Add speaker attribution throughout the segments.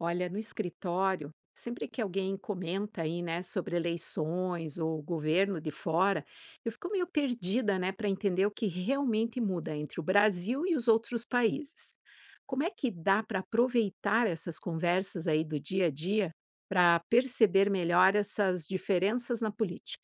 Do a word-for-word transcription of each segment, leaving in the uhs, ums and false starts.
Speaker 1: Olha, no escritório, sempre que alguém comenta aí, né, sobre eleições ou governo de fora, eu fico meio perdida, né, para entender o que realmente muda entre o Brasil e os outros países. Como é que dá para aproveitar essas conversas aí do dia a dia para perceber melhor essas diferenças na política?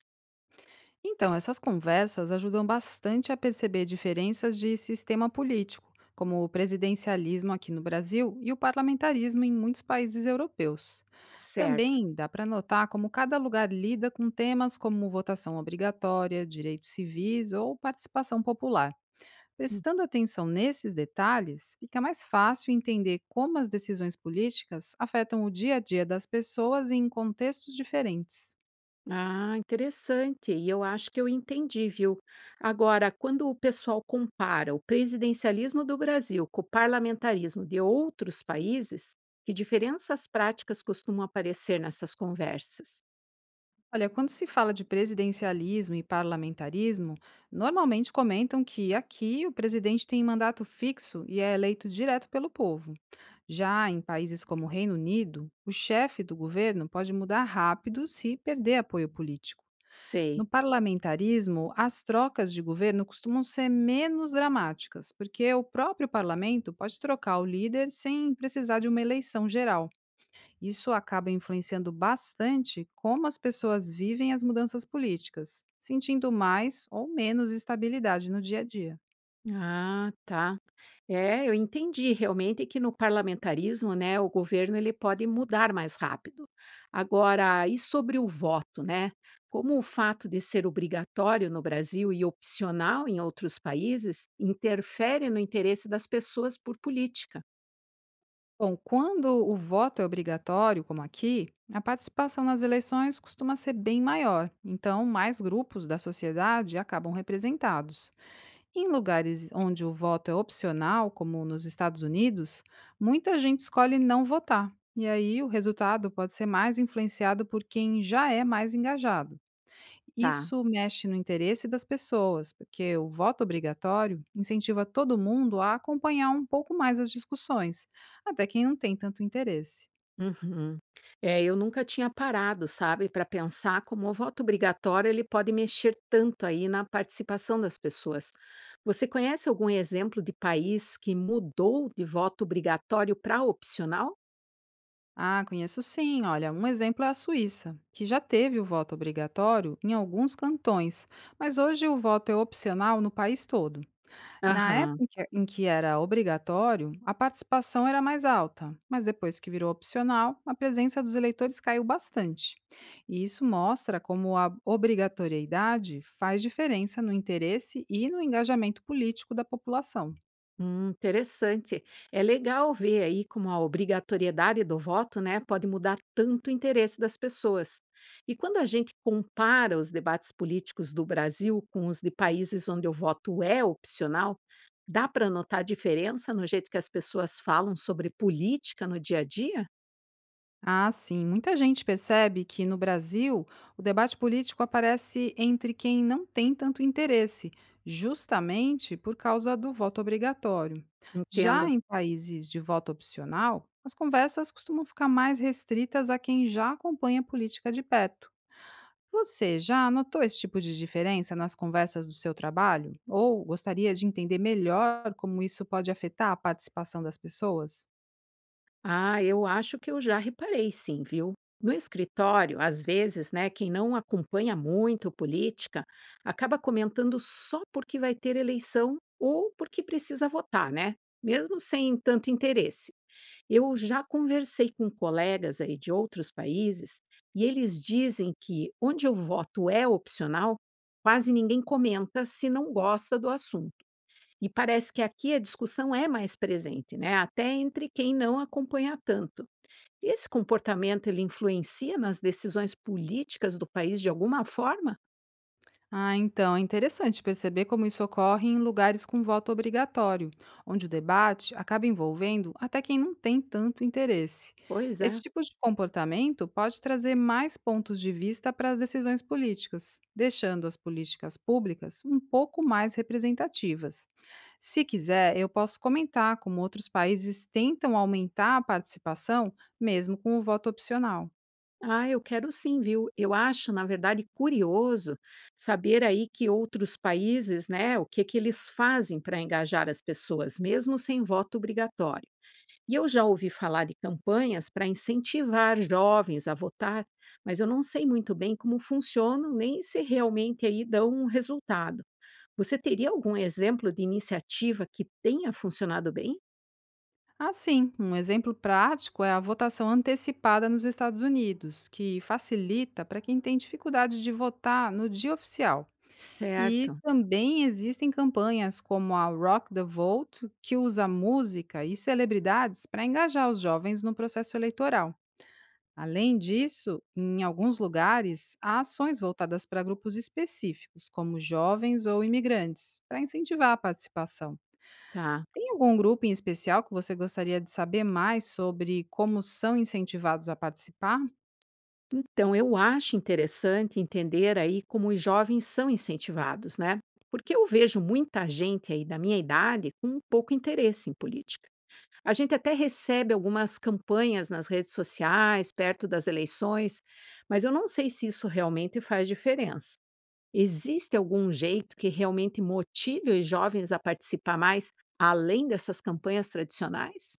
Speaker 2: Então, essas conversas ajudam bastante a perceber diferenças de sistema político, como o presidencialismo aqui no Brasil e o parlamentarismo em muitos países europeus.
Speaker 1: Certo.
Speaker 2: Também dá para notar como cada lugar lida com temas como votação obrigatória, direitos civis ou participação popular. Prestando atenção nesses detalhes, fica mais fácil entender como as decisões políticas afetam o dia a dia das pessoas em contextos diferentes.
Speaker 1: Ah, interessante. E eu acho que eu entendi, viu? Agora, quando o pessoal compara o presidencialismo do Brasil com o parlamentarismo de outros países, que diferenças práticas costumam aparecer nessas conversas?
Speaker 2: Olha, quando se fala de presidencialismo e parlamentarismo, normalmente comentam que aqui o presidente tem mandato fixo e é eleito direto pelo povo. Já em países como o Reino Unido, o chefe do governo pode mudar rápido se perder apoio político.
Speaker 1: Sei.
Speaker 2: No parlamentarismo, as trocas de governo costumam ser menos dramáticas, porque o próprio parlamento pode trocar o líder sem precisar de uma eleição geral. Isso acaba influenciando bastante como as pessoas vivem as mudanças políticas, sentindo mais ou menos estabilidade no dia a dia.
Speaker 1: Ah, tá. É, eu entendi realmente que no parlamentarismo, né, o governo ele pode mudar mais rápido. Agora, e sobre o voto, né? Como o fato de ser obrigatório no Brasil e opcional em outros países interfere no interesse das pessoas por política?
Speaker 2: Bom, quando o voto é obrigatório, como aqui, a participação nas eleições costuma ser bem maior, então mais grupos da sociedade acabam representados. Em lugares onde o voto é opcional, como nos Estados Unidos, muita gente escolhe não votar, e aí o resultado pode ser mais influenciado por quem já é mais engajado.
Speaker 1: Tá.
Speaker 2: Isso mexe no interesse das pessoas, porque o voto obrigatório incentiva todo mundo a acompanhar um pouco mais as discussões, até quem não tem tanto interesse.
Speaker 1: Uhum. É, eu nunca tinha parado, sabe, para pensar como o voto obrigatório ele pode mexer tanto aí na participação das pessoas. Você conhece algum exemplo de país que mudou de voto obrigatório para opcional?
Speaker 2: Ah, conheço sim. Olha, um exemplo é a Suíça, que já teve o voto obrigatório em alguns cantões, mas hoje o voto é opcional no país todo. Na época
Speaker 1: Aham.
Speaker 2: em que em que era obrigatório, a participação era mais alta, mas depois que virou opcional, a presença dos eleitores caiu bastante. E isso mostra como a obrigatoriedade faz diferença no interesse e no engajamento político da população.
Speaker 1: Hum, interessante. É legal ver aí como a obrigatoriedade do voto, né, pode mudar tanto o interesse das pessoas. E quando a gente compara os debates políticos do Brasil com os de países onde o voto é opcional, dá para notar diferença no jeito que as pessoas falam sobre política no dia a dia?
Speaker 2: Ah, sim. Muita gente percebe que no Brasil o debate político aparece entre quem não tem tanto interesse, justamente por causa do voto obrigatório. Já
Speaker 1: Entendo.
Speaker 2: em países de voto opcional, as conversas costumam ficar mais restritas a quem já acompanha a política de perto. Você já notou esse tipo de diferença nas conversas do seu trabalho? Ou gostaria de entender melhor como isso pode afetar a participação das pessoas?
Speaker 1: Ah, eu acho que eu já reparei sim, viu? No escritório, às vezes, né, quem não acompanha muito política acaba comentando só porque vai ter eleição ou porque precisa votar, né? Mesmo sem tanto interesse. Eu já conversei com colegas aí de outros países e eles dizem que onde o voto é opcional, quase ninguém comenta se não gosta do assunto. E parece que aqui a discussão é mais presente, né? Até entre quem não acompanha tanto. E esse comportamento ele influencia nas decisões políticas do país de alguma forma?
Speaker 2: Ah, então, é interessante perceber como isso ocorre em lugares com voto obrigatório, onde o debate acaba envolvendo até quem não tem tanto interesse.
Speaker 1: Pois é.
Speaker 2: Esse tipo de comportamento pode trazer mais pontos de vista para as decisões políticas, deixando as políticas públicas um pouco mais representativas. Se quiser, eu posso comentar como outros países tentam aumentar a participação, mesmo com o voto opcional.
Speaker 1: Ah, eu quero sim, viu? Eu acho, na verdade, curioso saber aí que outros países, né, o que que eles fazem para engajar as pessoas, mesmo sem voto obrigatório. E eu já ouvi falar de campanhas para incentivar jovens a votar, mas eu não sei muito bem como funcionam, nem se realmente aí dão um resultado. Você teria algum exemplo de iniciativa que tenha funcionado bem?
Speaker 2: Assim, um exemplo prático é a votação antecipada nos Estados Unidos, que facilita para quem tem dificuldade de votar no dia oficial. E
Speaker 1: Certo,
Speaker 2: também existem campanhas como a Rock the Vote, que usa música e celebridades para engajar os jovens no processo eleitoral. Além disso, em alguns lugares, há ações voltadas para grupos específicos, como jovens ou imigrantes, para incentivar a participação.
Speaker 1: tá.
Speaker 2: Tem algum grupo em especial que você gostaria de saber mais sobre como são incentivados a participar?
Speaker 1: Então, eu acho interessante entender aí como os jovens são incentivados, né? Porque eu vejo muita gente aí da minha idade com pouco interesse em política. A gente até recebe algumas campanhas nas redes sociais, perto das eleições, mas eu não sei se isso realmente faz diferença. Existe algum jeito que realmente motive os jovens a participar mais, além dessas campanhas tradicionais?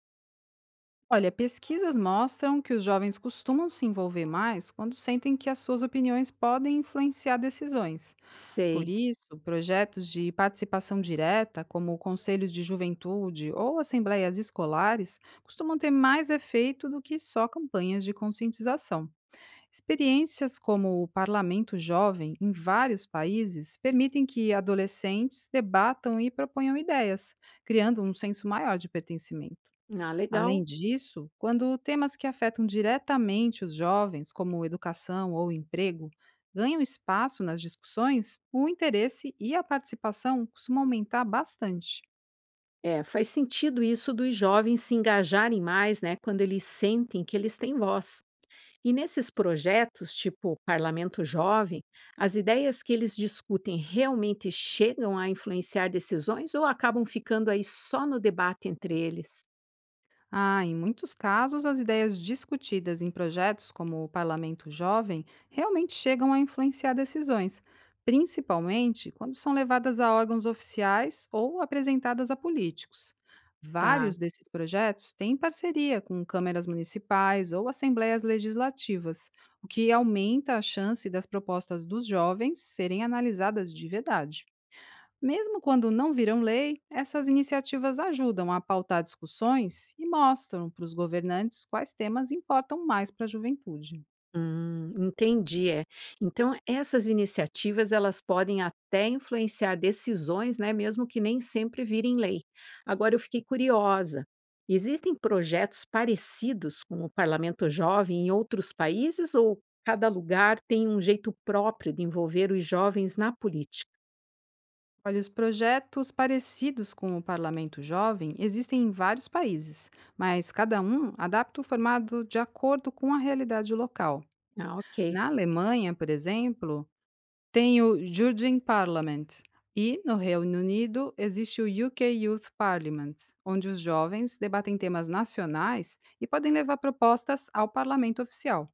Speaker 2: Olha, pesquisas mostram que os jovens costumam se envolver mais quando sentem que as suas opiniões podem influenciar decisões. Por
Speaker 1: Sei.
Speaker 2: isso, projetos de participação direta, como conselhos de juventude ou assembleias escolares, costumam ter mais efeito do que só campanhas de conscientização. Experiências como o Parlamento Jovem em vários países permitem que adolescentes debatam e proponham ideias, criando um senso maior de pertencimento.
Speaker 1: Ah, legal.
Speaker 2: Além disso, quando temas que afetam diretamente os jovens, como educação ou emprego, ganham espaço nas discussões, o interesse e a participação costumam aumentar bastante.
Speaker 1: É, faz sentido isso dos jovens se engajarem mais, né, quando eles sentem que eles têm voz. E nesses projetos, tipo Parlamento Jovem, as ideias que eles discutem realmente chegam a influenciar decisões ou acabam ficando aí só no debate entre eles?
Speaker 2: Ah, em muitos casos, as ideias discutidas em projetos como o Parlamento Jovem realmente chegam a influenciar decisões, principalmente quando são levadas a órgãos oficiais ou apresentadas a políticos.
Speaker 1: Tá.
Speaker 2: Vários desses projetos têm parceria com câmeras municipais ou assembleias legislativas, o que aumenta a chance das propostas dos jovens serem analisadas de verdade. Mesmo quando não viram lei, essas iniciativas ajudam a pautar discussões e mostram para os governantes quais temas importam mais para a juventude.
Speaker 1: Hum, entendi, é. Então essas iniciativas elas podem até influenciar decisões, né, mesmo que nem sempre virem lei. Agora eu fiquei curiosa. Existem projetos parecidos com o Parlamento Jovem em outros países ou cada lugar tem um jeito próprio de envolver os jovens na política?
Speaker 2: Olha, os projetos parecidos com o Parlamento Jovem existem em vários países, mas cada um adapta o formato de acordo com a realidade local.
Speaker 1: Ah, ok.
Speaker 2: Na Alemanha, por exemplo, tem o Judean Parliament e, no Reino Unido, existe o U K Youth Parliament, onde os jovens debatem temas nacionais e podem levar propostas ao parlamento oficial.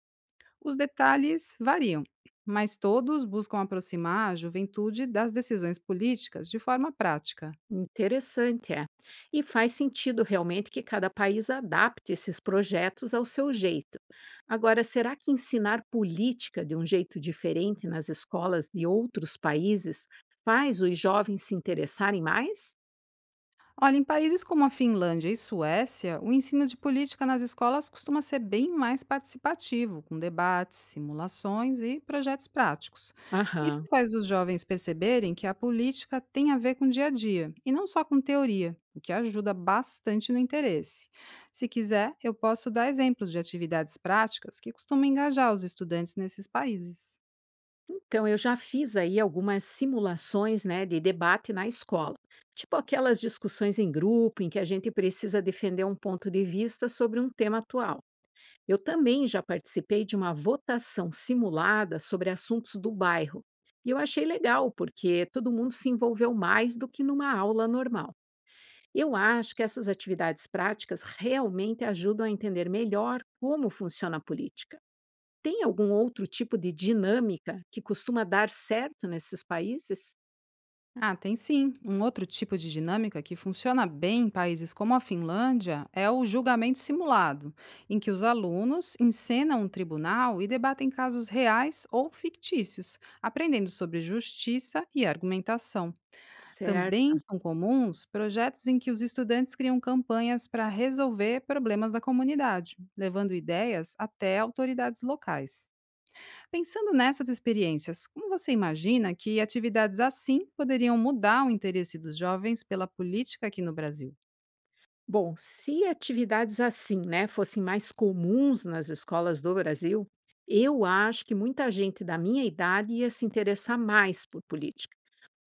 Speaker 2: Os detalhes variam, mas todos buscam aproximar a juventude das decisões políticas de forma prática.
Speaker 1: Interessante, é. E faz sentido realmente que cada país adapte esses projetos ao seu jeito. Agora, será que ensinar política de um jeito diferente nas escolas de outros países faz os jovens se interessarem mais?
Speaker 2: Olha, em países como a Finlândia e Suécia, o ensino de política nas escolas costuma ser bem mais participativo, com debates, simulações e projetos práticos. Isso
Speaker 1: Aham.
Speaker 2: faz os jovens perceberem que a política tem a ver com o dia a dia, e não só com teoria, o que ajuda bastante no interesse. Se quiser, eu posso dar exemplos de atividades práticas que costumam engajar os estudantes nesses países.
Speaker 1: Então, eu já fiz aí algumas simulações né, de debate na escola. Tipo aquelas discussões em grupo em que a gente precisa defender um ponto de vista sobre um tema atual. Eu também já participei de uma votação simulada sobre assuntos do bairro. E eu achei legal, porque todo mundo se envolveu mais do que numa aula normal. Eu acho que essas atividades práticas realmente ajudam a entender melhor como funciona a política. Tem algum outro tipo de dinâmica que costuma dar certo nesses países?
Speaker 2: Ah, tem sim. Um outro tipo de dinâmica que funciona bem em países como a Finlândia é o julgamento simulado, em que os alunos encenam um tribunal e debatem casos reais ou fictícios, aprendendo sobre justiça e argumentação. Também
Speaker 1: Certo.
Speaker 2: são comuns projetos em que os estudantes criam campanhas para resolver problemas da comunidade, levando ideias até autoridades locais. Pensando nessas experiências, como você imagina que atividades assim poderiam mudar o interesse dos jovens pela política aqui no Brasil?
Speaker 1: Bom, se atividades assim, né, fossem mais comuns nas escolas do Brasil, eu acho que muita gente da minha idade ia se interessar mais por política.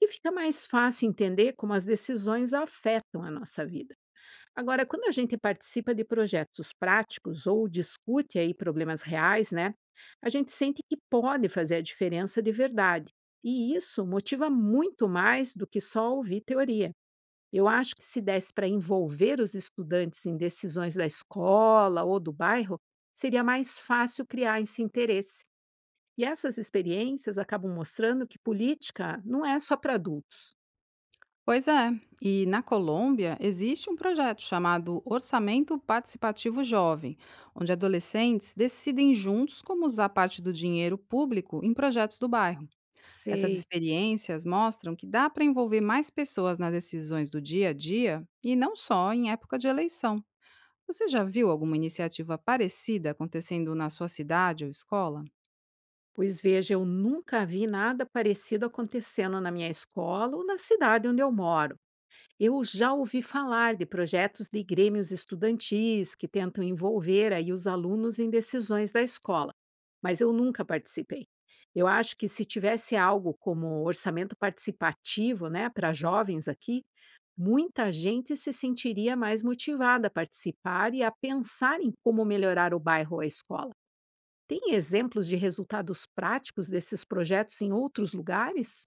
Speaker 1: E fica mais fácil entender como as decisões afetam a nossa vida. Agora, quando a gente participa de projetos práticos ou discute aí problemas reais, né, a gente sente que pode fazer a diferença de verdade. E isso motiva muito mais do que só ouvir teoria. Eu acho que se desse para envolver os estudantes em decisões da escola ou do bairro, seria mais fácil criar esse interesse. E essas experiências acabam mostrando que política não é só para adultos.
Speaker 2: Pois é, e na Colômbia existe um projeto chamado Orçamento Participativo Jovem, onde adolescentes decidem juntos como usar parte do dinheiro público em projetos do bairro. Essas
Speaker 1: Sei.
Speaker 2: experiências mostram que dá para envolver mais pessoas nas decisões do dia a dia e não só em época de eleição. Você já viu alguma iniciativa parecida acontecendo na sua cidade ou escola?
Speaker 1: Pois veja, eu nunca vi nada parecido acontecendo na minha escola ou na cidade onde eu moro. Eu já ouvi falar de projetos de grêmios estudantis que tentam envolver aí os alunos em decisões da escola, mas eu nunca participei. Eu acho que se tivesse algo como orçamento participativo, né, para jovens aqui, muita gente se sentiria mais motivada a participar e a pensar em como melhorar o bairro ou a escola. Tem exemplos de resultados práticos desses projetos em outros lugares?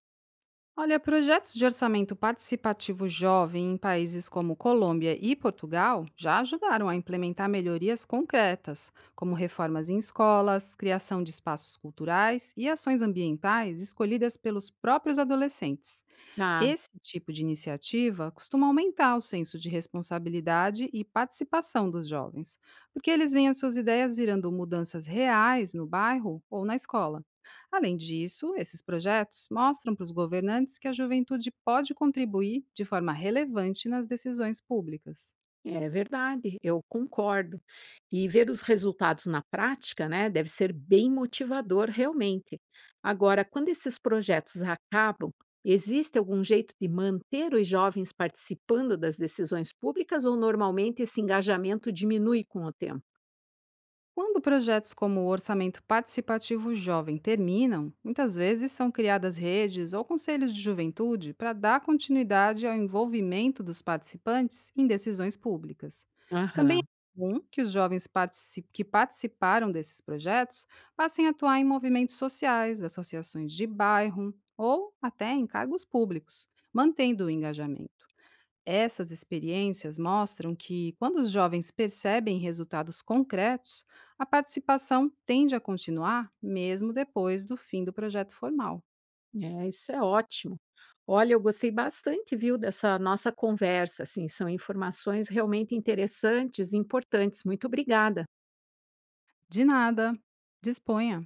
Speaker 2: Olha, projetos de orçamento participativo jovem em países como Colômbia e Portugal já ajudaram a implementar melhorias concretas, como reformas em escolas, criação de espaços culturais e ações ambientais escolhidas pelos próprios adolescentes.
Speaker 1: Tá.
Speaker 2: Esse tipo de iniciativa costuma aumentar o senso de responsabilidade e participação dos jovens, porque eles veem as suas ideias virando mudanças reais no bairro ou na escola. Além disso, esses projetos mostram para os governantes que a juventude pode contribuir de forma relevante nas decisões públicas.
Speaker 1: É verdade, eu concordo. E ver os resultados na prática, né, deve ser bem motivador realmente. Agora, quando esses projetos acabam, existe algum jeito de manter os jovens participando das decisões públicas ou normalmente esse engajamento diminui com o tempo?
Speaker 2: Quando projetos como o Orçamento Participativo Jovem terminam, muitas vezes são criadas redes ou conselhos de juventude para dar continuidade ao envolvimento dos participantes em decisões públicas. Também
Speaker 1: Aham,
Speaker 2: é comum que os jovens partici- que participaram desses projetos passem a atuar em movimentos sociais, associações de bairro ou até em cargos públicos, mantendo o engajamento. Essas experiências mostram que, quando os jovens percebem resultados concretos, a participação tende a continuar mesmo depois do fim do projeto formal.
Speaker 1: é, isso é ótimo. Olha, eu gostei bastante, viu, dessa nossa conversa, assim, são informações realmente interessantes e importantes. Muito obrigada.
Speaker 2: De nada! Disponha!